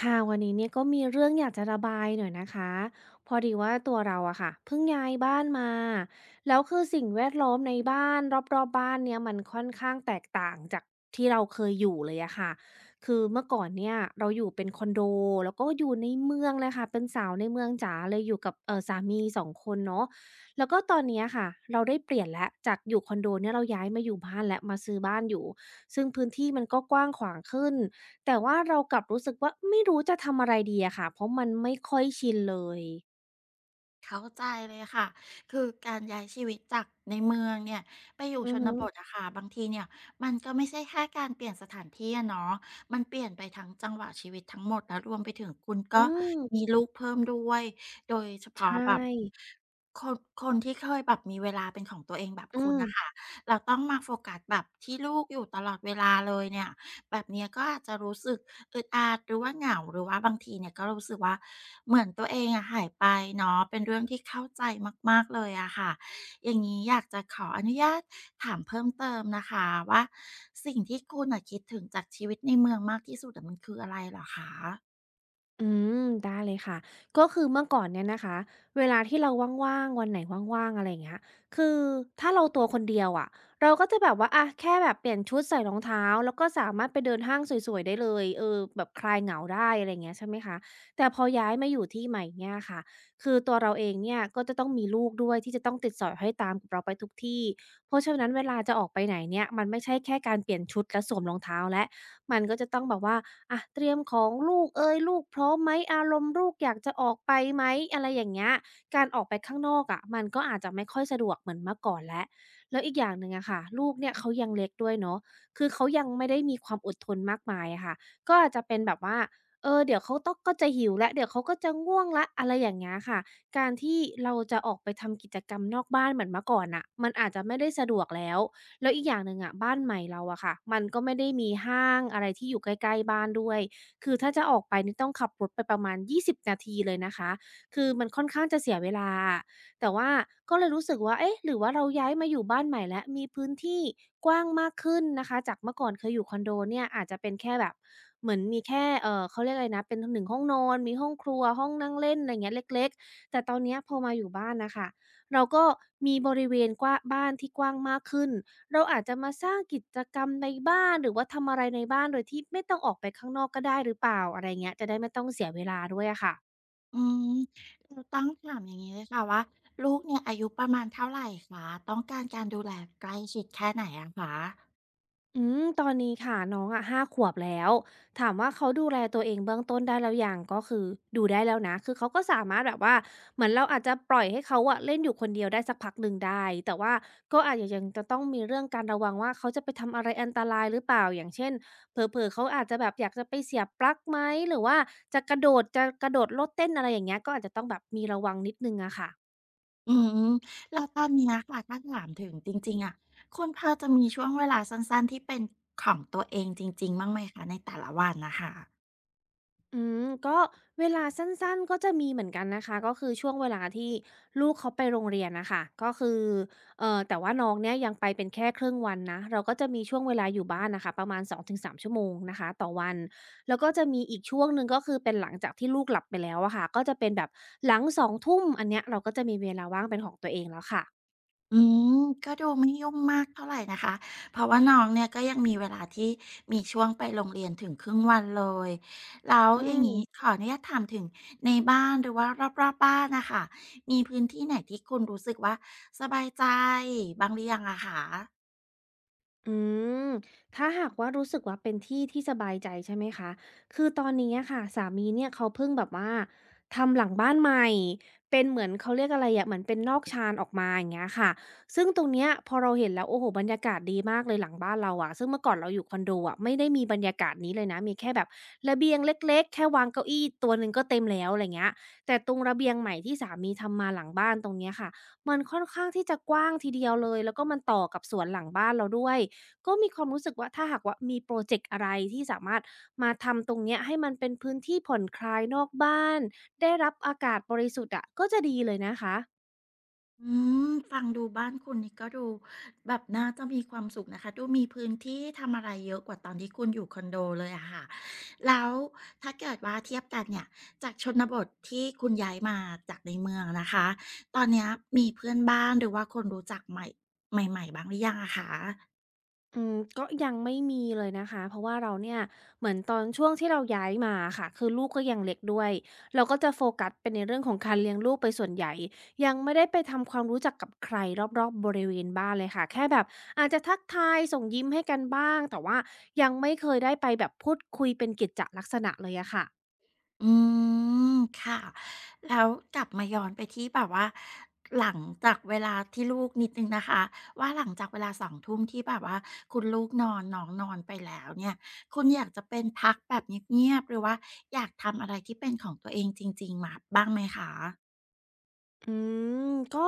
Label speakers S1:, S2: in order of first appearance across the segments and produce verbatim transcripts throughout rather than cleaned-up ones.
S1: ค่ะวันนี้เนี่ยก็มีเรื่องอยากจะระบายหน่อยนะคะพอดีว่าตัวเราอะค่ะเพิ่งย้ายบ้านมาแล้วคือสิ่งแวดล้อมในบ้านรอบๆบ้านเนี่ยมันค่อนข้างแตกต่างจากที่เราเคยอยู่เลยอะค่ะคือเมื่อก่อนเนี่ยเราอยู่เป็นคอนโดแล้วก็อยู่ในเมืองเลยค่ะเป็นสาวในเมืองจ๋าเลยอยู่กับเออสามีสองคนเนาะแล้วก็ตอนเนี้ยค่ะเราได้เปลี่ยนแล้วจากอยู่คอนโดเนี่ยเราย้ายมาอยู่บ้านแล้วมาซื้อบ้านอยู่ซึ่งพื้นที่มันก็กว้างขวางขึ้น แต่ว่าเรากลับรู้สึกว่าไม่รู้จะทำอะไรดีอะค่ะเพราะมันไม่ค่อยชินเลย
S2: เข้าใจเลยค่ะ คือการย้ายชีวิตจากในเมืองเนี่ยไปอยู่
S1: อื
S2: ช
S1: อ
S2: น
S1: ฮึ
S2: บทอะค่ะบางทีเนี่ยมันก็ไม่ใช่แค่การเปลี่ยนสถานที่อะเนาะมันเปลี่ยนไปทั้งจังหวะชีวิตทั้งหมดแล้วรวมไปถึงคุณก็
S1: อื
S2: มี
S1: ม
S2: ลูกเพิ่มด้วยโดยเฉพาะ
S1: ใช่
S2: แบบคนคนที่เคยแบบมีเวลาเป็นของตัวเองแบบ
S1: อื
S2: คุณน่ะค่ะ
S1: ม
S2: แล้วต้องมาโฟกัสแบบที่ลูกอยู่ตลอดเวลาเลยเนี่ย แบบเนี้ยก็อาจจะรู้สึกอึดอัดหรือว่าเหงาหรือว่าบางทีเนี่ยก็รู้สึกว่าเหมือนตัวเองอะหายไปเนาะเป็นเรื่องที่เข้าใจมากๆเลยอะค่ะอย่างนี้อยากจะขออนุญาตถามเพิ่มเติมนะคะว่าสิ่งที่คุณน่ะคิดถึงจากชีวิตในเมืองมากที่สุดอะมันคืออะไรเหรอคะ
S1: อืมได้เลยค่ะก็คือเมื่อก่อนเนี่ยนะคะเวลาที่เราว่างๆวันไหนว่างๆอะไรอย่างเงี้ยคือถ้าเราตัวคนเดียวอะเราก็จะแบบว่าอะแค่แบบเปลี่ยนชุดใส่รองเท้าแล้วก็สามารถไปเดินห้างสวยๆได้เลยเออแบบคลายเหงาได้อะไรเงี้ยใช่ไหมคะแต่พอย้ายมาอยู่ที่ใหม่เนี่ยค่ะคือตัวเราเองเนี่ยก็จะต้องมีลูกด้วยที่จะต้องติดสอยห้อยตามกับเราไปทุกที่เพราะฉะนั้นเวลาจะออกไปไหนเนี่ยมันไม่ใช่แค่การเปลี่ยนชุดและสวมรองเท้าและมันก็จะต้องแบบว่า อะเตรียมของลูกเอยลูกพร้อมไหมอารมณ์ลูกอยากจะออกไปไหมอะไรอย่างเงี้ยการออกไปข้างนอกอะมันก็อาจจะไม่ค่อยสะดวกเหมือนเมื่อก่อนแล้วแล้วอีกอย่างหนึ่งอะค่ะลูกเนี่ยเขายังเล็กด้วยเนาะคือเขายังไม่ได้มีความอดทนมากมายอะค่ะก็อาจจะเป็นแบบว่าเออเดี๋ยวเขาต้องก็จะหิวแล้วเดี๋ยวเขาก็จะง่วงแล้วอะไรอย่างเงี้ยค่ะการที่เราจะออกไปทำกิจกรรมนอกบ้านเหมือนเมื่อก่อนน่ะมันอาจจะไม่ได้สะดวกแล้ว แล้วอีกอย่างหนึ่งอะบ้านใหม่เราอะค่ะมันก็ไม่ได้มีห้างอะไรที่อยู่ใกล้ๆบ้านด้วยคือถ้าจะออกไปนี่ต้องขับรถไปประมาณยี่สิบนาทีเลยนะคะคือมันค่อนข้างจะเสียเวลาอะแต่ว่าก็เลยรู้สึกว่าเอ๊ะหรือว่าเราย้ายมาอยู่บ้านใหม่แล้วมีพื้นที่กว้างมากขึ้นนะคะจากเมื่อก่อนเคยอยู่คอนโดเนี่ยอาจจะเป็นแค่แบบเหมือนมีแค่เอ่อเขาเรียกอะไรนะเป็นหนึ่งห้องนอนมีห้องครัวห้องนั่งเล่นอะไรอย่างเงี้ยเล็กๆแต่ตอนเนี้ยพอมาอยู่บ้านน่ะค่ะเราก็มีบริเวณกว้างบ้านที่กว้างมากขึ้น เราอาจจะมาสร้างกิจกรรมในบ้านหรือว่าทำอะไรในบ้านโดยที่ไม่ต้องออกไปข้างนอกก็ได้หรือเปล่าอะไรเงี้ยจะได้ไม่ต้องเสียเวลาด้วยอะค่ะ
S2: อืมเราต้องถามอย่างงี้เลยค่ะว่าลูกเนี่ยอายุประมาณเท่าไรคะต้องการการดูแลใกล้ชิดแค่ไหนอะคะ
S1: อืมตอนนี้ค่ะน้องอะห้าขวบแล้วถามว่าเขาดูแลตัวเองเบื้องต้นได้แล้วยังก็คือดูได้แล้วนะคือเขาก็สามารถแบบว่าเหมือนเราอาจจะปล่อยให้เขาอะเล่นอยู่คนเดียวได้สักพักหนึ่งได้แต่ว่าก็อาจจะยังจะต้องมีเรื่องการระวังว่าเขาจะไปทำอะไรอันตรายหรือเปล่าอย่างเช่นเผลอๆเขาอาจจะแบบอยากจะไปเสียบปลั๊กไหมหรือว่าจะกระโดดจะกระโดดโลดเต้นอะไรอย่างเงี้ยก็อาจจะต้องแบบมีระวังนิดหนึ่งอะค่ะ
S2: อืมแล้วตอนเนี้ยค่ะถ้าถามถึงจริงๆอะคุณพอจะมีช่วงเวลาสั้นๆที่เป็นของตัวเองจริงๆบ้างไหมคะในแต่ละวันน่ะค่ะ
S1: อืมก็เวลาสั้นๆก็จะมีเหมือนกันนะคะก็คือช่วงเวลาที่ลูกเขาไปโรงเรียนน่ะค่ะก็คือเอ่อแต่ว่าน้องเนี่ยยังไปเป็นแค่ครึ่งวันนะเราก็จะมีช่วงเวลาอยู่บ้านน่ะค่ะประมาณสองถึงสามชั่วโมงนะคะต่อวันแล้วก็จะมีอีกช่วงหนึ่งก็คือเป็นหลังจากที่ลูกหลับไปแล้วอะค่ะก็จะเป็นแบบหลัง2ุ่มอันเนี้ยเราก็จะมีเวลาว่างเป็นของตัวเองแล้วค่ะ
S2: อืมก็ดูไม่ยุ่งมากเท่าไรนะคะเพราะว่าน้องเนี่ยก็ยังมีเวลาที่มีช่วงไปโรงเรียนถึงครึ่งวันเลยแล้ว
S1: อื
S2: อย่างงี้
S1: ม
S2: ขออนุญาตถามถึงในบ้านหรือว่ารอบๆบ้านน่ะค่ะมีพื้นที่ไหนที่คุณรู้สึกว่าสบายใจบ้างหรือยังอะคะ
S1: อืมถ้าหากว่ารู้สึกว่าเป็นที่ที่สบายใจใช่ไหมคะ คือตอนนี้อะค่ะสามีเนี่ยเขาเพิ่งแบบว่าทำหลังบ้านใหม่ เป็นเหมือนเขาเรียกอะไรอะเหมือนเป็นนอกชานออกมาอย่างเงี้ยค่ะซึ่งตรงเนี้ยพอเราเห็นแล้วโอ้โฮบรรยากาศดีมากเลยหลังบ้านเราอะซึ่งเมื่อก่อนเราอยู่คอนโดอะไม่ได้มีบรรยากาศนี้เลยนะมีแค่แบบระเบียงเล็กๆแค่วางเก้าอี้ตัวหนึ่งก็เต็มแล้วอะไรเงี้ยแต่ตรงระเบียงใหม่ที่สามีทำมาหลังบ้านตรงเนี้ยค่ะมันค่อนข้างที่จะกว้างทีเดียวเลย แล้วก็มันต่อกับสวนหลังบ้านเราด้วย ก็มีความรู้สึกว่าถ้าหากว่ามีพรอเจกต์อะไรที่สามารถมาทำตรงเนี้ยให้มันเป็นพื้นที่ผ่อนคลายนอกบ้านได้รับอากาศบริสุทธิ์อะก็จะดีเลยนะคะ
S2: อืมฟังดูบ้านคุณนี่ก็ดูแบบน่าจะมีความสุขนะคะดูมีพื้นที่ทำอะไรเยอะกว่าตอนที่คุณอยู่คอนโดเลยอะค่ะแล้วถ้าเกิดว่าเทียบกันเนี่ยจากชนบทที่คุณย้ายมาจากในเมืองนะคะตอนเนี้ยมีเพื่อนบ้านหรือว่าคนรู้จักใหม่ใหม่ๆบ้างหรือยังอะคะ
S1: อืมก็ยังไม่มีเลยนะคะเพราะว่าเราเนี่ยเหมือนตอนช่วงที่เราย้ายมาอะค่ะคือลูกก็ยังเล็กด้วยเราก็จะโฟกัสไปในเรื่องของการเลี้ยงลูกไปส่วนใหญ่ยังไม่ได้ไปทำความรู้จักกับใครรอบๆบริเวณบ้านเลยค่ะแค่แบบอาจจะทักทายส่งยิ้มให้กันบ้างแต่ว่ายังไม่เคยได้ไปแบบพูดคุยเป็นกิจจะลักษณะเลยอะค่ะ
S2: อืมค่ะแล้วกลับมาย้อนไปที่แบบว่าหลังจากเวลาที่ลูกนิดหนึ่งนะคะว่าหลังจากเวลา2ุ่มที่แบบว่าคุณลูกนอนน้องนอนไปแล้วเนี่ยคุณอยากจะเป็นพักแบบเงียบๆหรือว่าอยากทำอะไรที่เป็นของตัวเองจริงๆมาบ้างไหมคะ
S1: อืมก็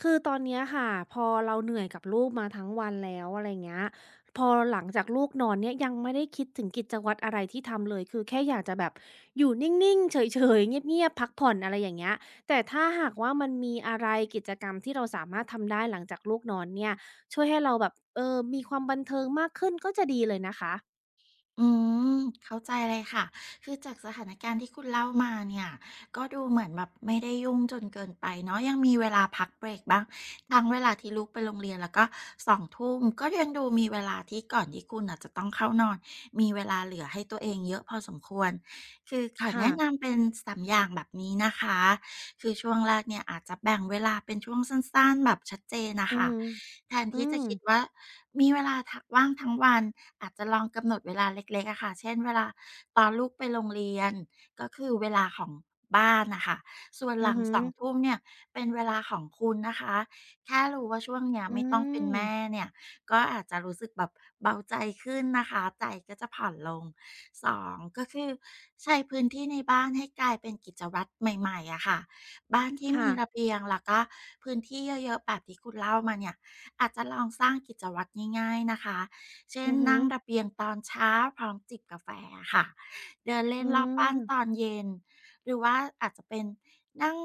S1: คือตอนเนี้ยค่ะพอเราเหนื่อยกับลูกมาทั้งวันแล้วอะไรเงี้ยพอหลังจากลูกนอนเนี่ยยังไม่ได้คิดถึงกิจวัตรอะไรที่ทำเลยคือแค่อยากจะแบบอยู่นิ่งๆเฉยๆเงียบๆพักผ่อนอะไรอย่างเงี้ยแต่ถ้าหากว่ามันมีอะไรกิจกรรมที่เราสามารถทำได้หลังจากลูกนอนเนี่ยช่วยให้เราแบบเออมีความบันเทิงมากขึ้นก็จะดีเลยนะคะ
S2: อืมเข้าใจเลยค่ะคือจากสถานการณ์ที่คุณเล่ามาเนี่ยก็ดูเหมือนแบบไม่ได้ยุ่งจนเกินไปเนาะยังมีเวลาพักเบรกบ้างทั้งเวลาที่ลูกไปโรงเรียนแล้วก็สองทุ่มก็ยังดูมีเวลาที่ก่อนที่คุณนาะจะต้องเข้านอนมีเวลาเหลือให้ตัวเองเยอะพอสมควรคือขอ
S1: ค่ะ
S2: แนะนำเป็นสามอย่างแบบนี้นะคะ คือช่วงแรกเนี่ยอาจจะแบ่งเวลาเป็นช่วงสั้นๆแบบชัดเจนนะ
S1: อือ
S2: คะ
S1: ฮึ
S2: แทน
S1: อื
S2: ที่จะ
S1: ม
S2: คิดว่ามีเวลาทกว่างทั้งวันอาจจะลองกำหนดเวลาเล็กๆอะค่ะเช่นเวลาตอนลูกไปโรงเรียนก็คือเวลาของบ้านนะคะส่วนห
S1: อือ
S2: ลัง
S1: ฮึ
S2: สองทุ่มเนี่ยเป็นเวลาของคุณนะคะแค่รู้ว่าช่วงเนี้ย
S1: อื
S2: ไม่ต้องเป็น
S1: ม
S2: แม่เนี่ยก็อาจจะรู้สึกแบบเบาใจขึ้นนะคะใจก็จะผ่อนลงสองก็คือใช้พื้นที่ในบ้านให้กลายเป็นกิจวัตรใหม่ๆอะค่ะ บ้านที่มีระ
S1: ค่ะ
S2: เบียงแล้วก็พื้นที่เยอะๆแบบที่คุณเล่ามาเนี่ยอาจจะลองสร้างกิจวัตรง่ายๆนะคะเช่น
S1: อือฮึ
S2: นั่งระเบียงตอนเช้าพร้อมจิบกาแฟะค่ะเดินเล่
S1: อื
S2: นรอบบ้านตอ
S1: ม
S2: นเย็นหรือว่าอาจจะเป็นนั่ง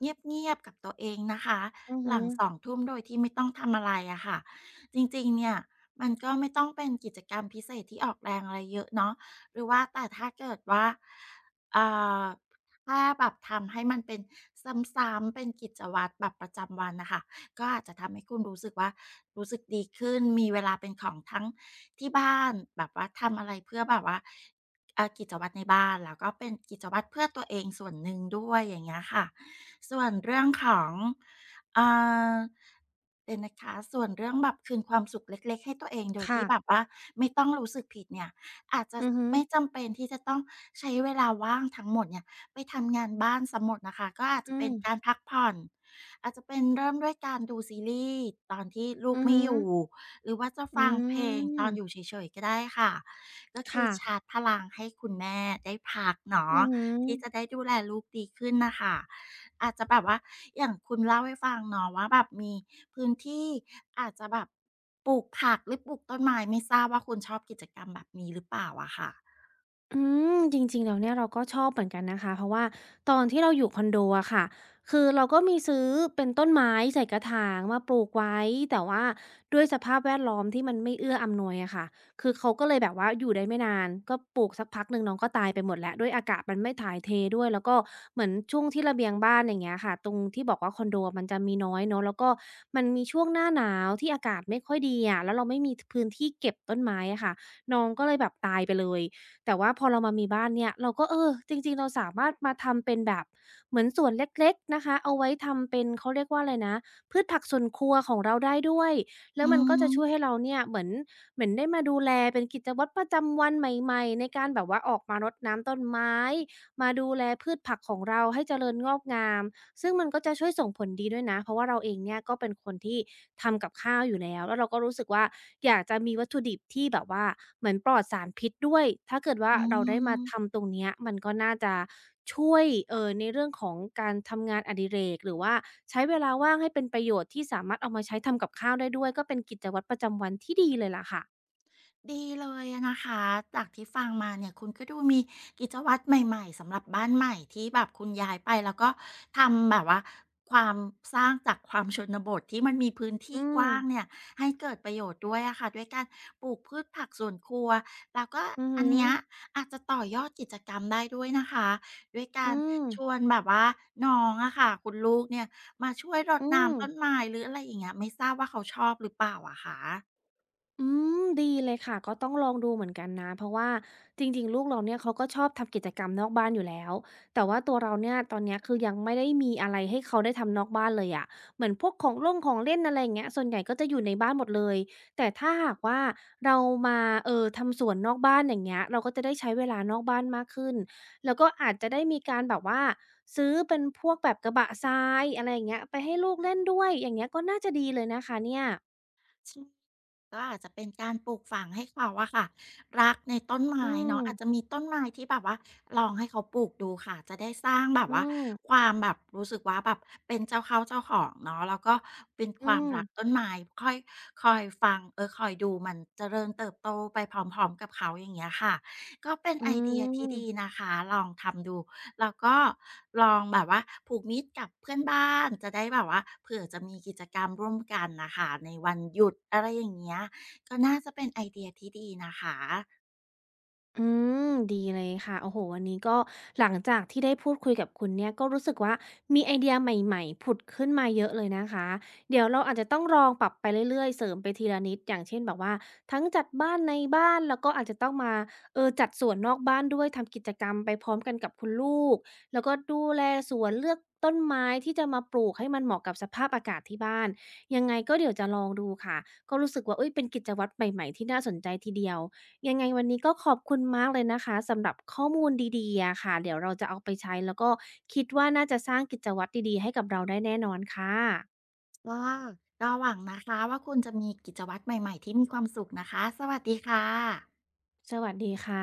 S2: เงียบๆกับตัวเองนะคะ
S1: อือ
S2: ห
S1: ฮึ
S2: ลังสองทุ่มโดยที่ไม่ต้องทำอะไรอะค่ะจริงๆเนี่ยมันก็ไม่ต้องเป็นกิจกรรมพิเศษที่ออกแรงอะไรเยอะเนาะหรือว่าแต่ถ้าเกิดว่าเอ่อ ถ้าแบบทำให้มันเป็นซ้ำๆเป็นกิจวัตรแบบประจำวันนะคะก็อาจจะทำให้คุณรู้สึกว่ารู้สึกดีขึ้นมีเวลาเป็นของทั้งที่บ้านแบบว่าทำอะไรเพื่อแบบว่าเอ่ากิจวัตรในบ้านแล้วก็เป็นกิจวัตรเพื่อตัวเองส่วนหนึ่งด้วยอย่างเงี้ยค่ะส่วนเรื่องของเอ่อเดี๋ยวนะคะส่วนเรื่องแบบคืนความสุขเล็กๆให้ตัวเองโดย
S1: ค่ะ
S2: ที่แบบว่าไม่ต้องรู้สึกผิดเนี่ยอาจจะ
S1: อือฮึ
S2: ไม่จำเป็นที่จะต้องใช้เวลาว่างทั้งหมดเนี่ย ไปทำงานบ้านสียหมดนะคะก็อาจจะ
S1: อื
S2: เป็นการ
S1: ม
S2: พักผ่อนอาจจะเป็นเริ่มด้วยการดูซีรีส์ตอนที่ลูก
S1: อือ
S2: ไม่
S1: ฮึ
S2: อยู่หรือว่าจะ
S1: อื
S2: ฟังเพลงตอนอยู่
S1: ม
S2: เฉยๆก็ได้ค่ะก็คือ
S1: ค่ะ
S2: ชาร์จพลังให้คุณแม่ได้พักเนาะ
S1: อือฮึ
S2: ที่จะได้ดูแลลูกดีขึ้นนะคะอาจจะแบบว่าอย่างคุณเล่าให้ฟังเนาะว่าแบบมีพื้นที่อาจจะแบบปลูกผักหรือปลูกต้นไม้ไม่ทราบว่าคุณชอบกิจกรรมแบบนี้หรือเปล่าอะค่ะ
S1: อืมจริงๆแล้วเนี่ยเราก็ชอบเหมือนกันนะคะเพราะว่าตอนที่เราอยู่คอนโดอะค่ะคือเราก็มีซื้อเป็นต้นไม้ใส่กระถางมาปลูกไว้แต่ว่าด้วยสภาพแวดล้อมที่มันไม่เอื้ออำนวยอะค่ะคือเขาก็เลยแบบว่าอยู่ได้ไม่นานก็ปลูกสักพักหนึ่งน้องก็ตายไปหมดแล้วด้วยอากาศมันไม่ถ่ายเทด้วยแล้วก็เหมือนช่วงที่ระเบียงบ้านอย่างเงี้ยค่ะตรงที่บอกว่าคอนโดมันจะมีน้อยเนาะแล้วก็มันมีช่วงหน้าหนาวที่อากาศไม่ค่อยดีอะแล้วเราไม่มีพื้นที่เก็บต้นไม้อะค่ะน้องก็เลยแบบตายไปเลย แต่ว่าพอเรามามีบ้านเนี่ยเราก็เออจริงๆเราสามารถมาทำเป็นแบบเหมือนสวนเล็กๆนะคะเอาไว้ทำเป็นเขาเรียกว่าอะไรนะพืชผักสวนครัวของเราได้ด้วยแล้
S2: อื
S1: วมันก็จะช่วยให้
S2: ม
S1: เราเนี่ยเหมือนเหมือนได้มาดูแลเป็นกิจวัตรประจำวันใหม่ๆในการแบบว่าออกมารดน้ำต้นไม้มาดูแลพืชผักของเราให้เจริญงอกงาม ซึ่งมันก็จะช่วยส่งผลดีด้วยนะ เพราะว่าเราเองเนี่ยก็เป็นคนที่ทำกับข้าวอยู่แล้ว แล้วเราก็รู้สึกว่าอยากจะมีวัตถุดิบที่แบบว่าเหมือนปลอดสารพิษด้วยถ้าเกิดว่า
S2: อื
S1: เราได้มา
S2: ม
S1: ทำตรงเนี้ยมันก็น่าจะช่วยเอ่อในเรื่องของการทำงานอดิเรกหรือว่าใช้เวลาว่างให้เป็นประโยชน์ที่สามารถเอามาใช้ทำกับข้าวได้ด้วยก็เป็นกิจวัตรประจำวันที่ดีเลยล่ะค่ะ
S2: ดีเลยอะนะคะจากที่ฟังมาเนี่ยคุณก็ดูมีกิจวัตรใหม่ๆสำหรับบ้านใหม่ที่แบบคุณย้ายไปแล้วก็ทำแบบว่าความสร้างจากความชนบทที่มันมีพื้นที่
S1: อื
S2: ก
S1: ม
S2: ว้างเนี่ยให้เกิดประโยชน์ด้วยอะค่ะด้วยการปลูกพืชผักสวนครัวแล้วก็
S1: อือฮึ
S2: อันเนี้ยอาจจะต่อยอดกิจกรรมได้ด้วยนะคะด้วยกา
S1: อื
S2: ร
S1: ม
S2: ชวนแบบว่าน้องอะค่ะคุณลูกเนี่ยมาช่วยรด
S1: อืม
S2: น้ำต้นไม้หรืออะไรอย่างเงี้ยไม่ทราบว่าเขาชอบหรือเปล่าอะคะ
S1: อืมดีเลยค่ะก็ต้องลองดูเหมือนกันนะเพราะว่าจริงๆลูกเราเนี่ยเขาก็ชอบทำกิจกรรมนอกบ้านอยู่แล้วแต่ว่าตัวเราเนี่ยตอนเนี้ยคือยังไม่ได้มีอะไรให้เขาได้ทำนอกบ้านเลยอะเหมือนพวกของล่งของเล่นอะไรอย่างเงี้ยส่วนใหญ่ก็จะอยู่ในบ้านหมดเลยแต่ถ้าหากว่าเรามาเออทำสวนนอกบ้านอย่างเงี้ยเราก็จะได้ใช้เวลานอกบ้านมากขึ้นแล้วก็อาจจะได้มีการแบบว่าซื้อเป็นพวกแบบกระบะทรายอะไรอย่างเงี้ยไปให้ลูกเล่นด้วยอย่างเงี้ยก็น่าจะดีเลยนะคะเนี่ย
S2: ใช่ก็อาจจะเป็นการปลูกฝังให้เขาอะค่ะรักในต้น
S1: อื
S2: ไม้เนาะอาจจะ
S1: ม
S2: มีต้นไม้ที่แบบว่าลองให้เขาปลูกดูค่ะจะได้สร้างแบบ
S1: อื
S2: ว่า
S1: ม
S2: ความแบบรู้สึกว่าแบบเป็นเจ้าเข้าเจ้าของเนาะแล้วก็เป็นค
S1: อื
S2: วาม
S1: ม
S2: รักต้นไม้ค่อยคอยฟังเออคอยดูมันเจริญเติบโตไปพร้อมๆกับเขาอย่างเงี้ยค่ะ ก็เป็น
S1: อื
S2: ไอเดียที่ดี
S1: ม
S2: นะคะลองทำดูแล้วก็ลองแบบว่าผูกมิตรกับเพื่อนบ้านจะได้แบบว่าเผื่อจะมีกิจกรรมร่วมกันน่ะค่ะในวันหยุดอะไรอย่างเงี้ยก็น่าจะเป็นไอเดียที่ดีนะคะ
S1: อืมดีเลยค่ะโอ้โหวันนี้ก็หลังจากที่ได้พูดคุยกับคุณเนี่ยก็รู้สึกว่ามีไอเดียใหม่ๆผุดขึ้นมาเยอะเลยนะคะเดี๋ยวเราอาจจะต้องลองปรับไปเรื่อยๆเสริมไปทีละนิดอย่างเช่นแบบว่าทั้งจัดบ้านในบ้านแล้วก็อาจจะต้องมาเออจัดสวนนอกบ้านด้วยทำกิจกรรมไปพร้อมกันกับคุณลูกแล้วก็ดูแลสวนเลือกต้นไม้ที่จะมาปลูกให้มันเหมาะกับสภาพอากาศที่บ้านยังไงก็เดี๋ยวจะลองดูค่ะก็รู้สึกว่าเอ้ยเป็นกิจวัตรใหม่ๆที่น่าสนใจทีเดียว ยังไงวันนี้ก็ขอบคุณมากเลยนะคะสำหรับข้อมูลดีๆอะค่ะเดี๋ยวเราจะเอาไปใช้แล้วก็คิดว่าน่าจะสร้างกิจวัตรดีๆให้กับเราได้แน่นอนค่ะ
S2: ก็หวังนะคะว่าคุณจะมีกิจวัตรใหม่ๆที่มีความสุขนะคะสวัสดีค่ะ
S1: สวัสดีค่ะ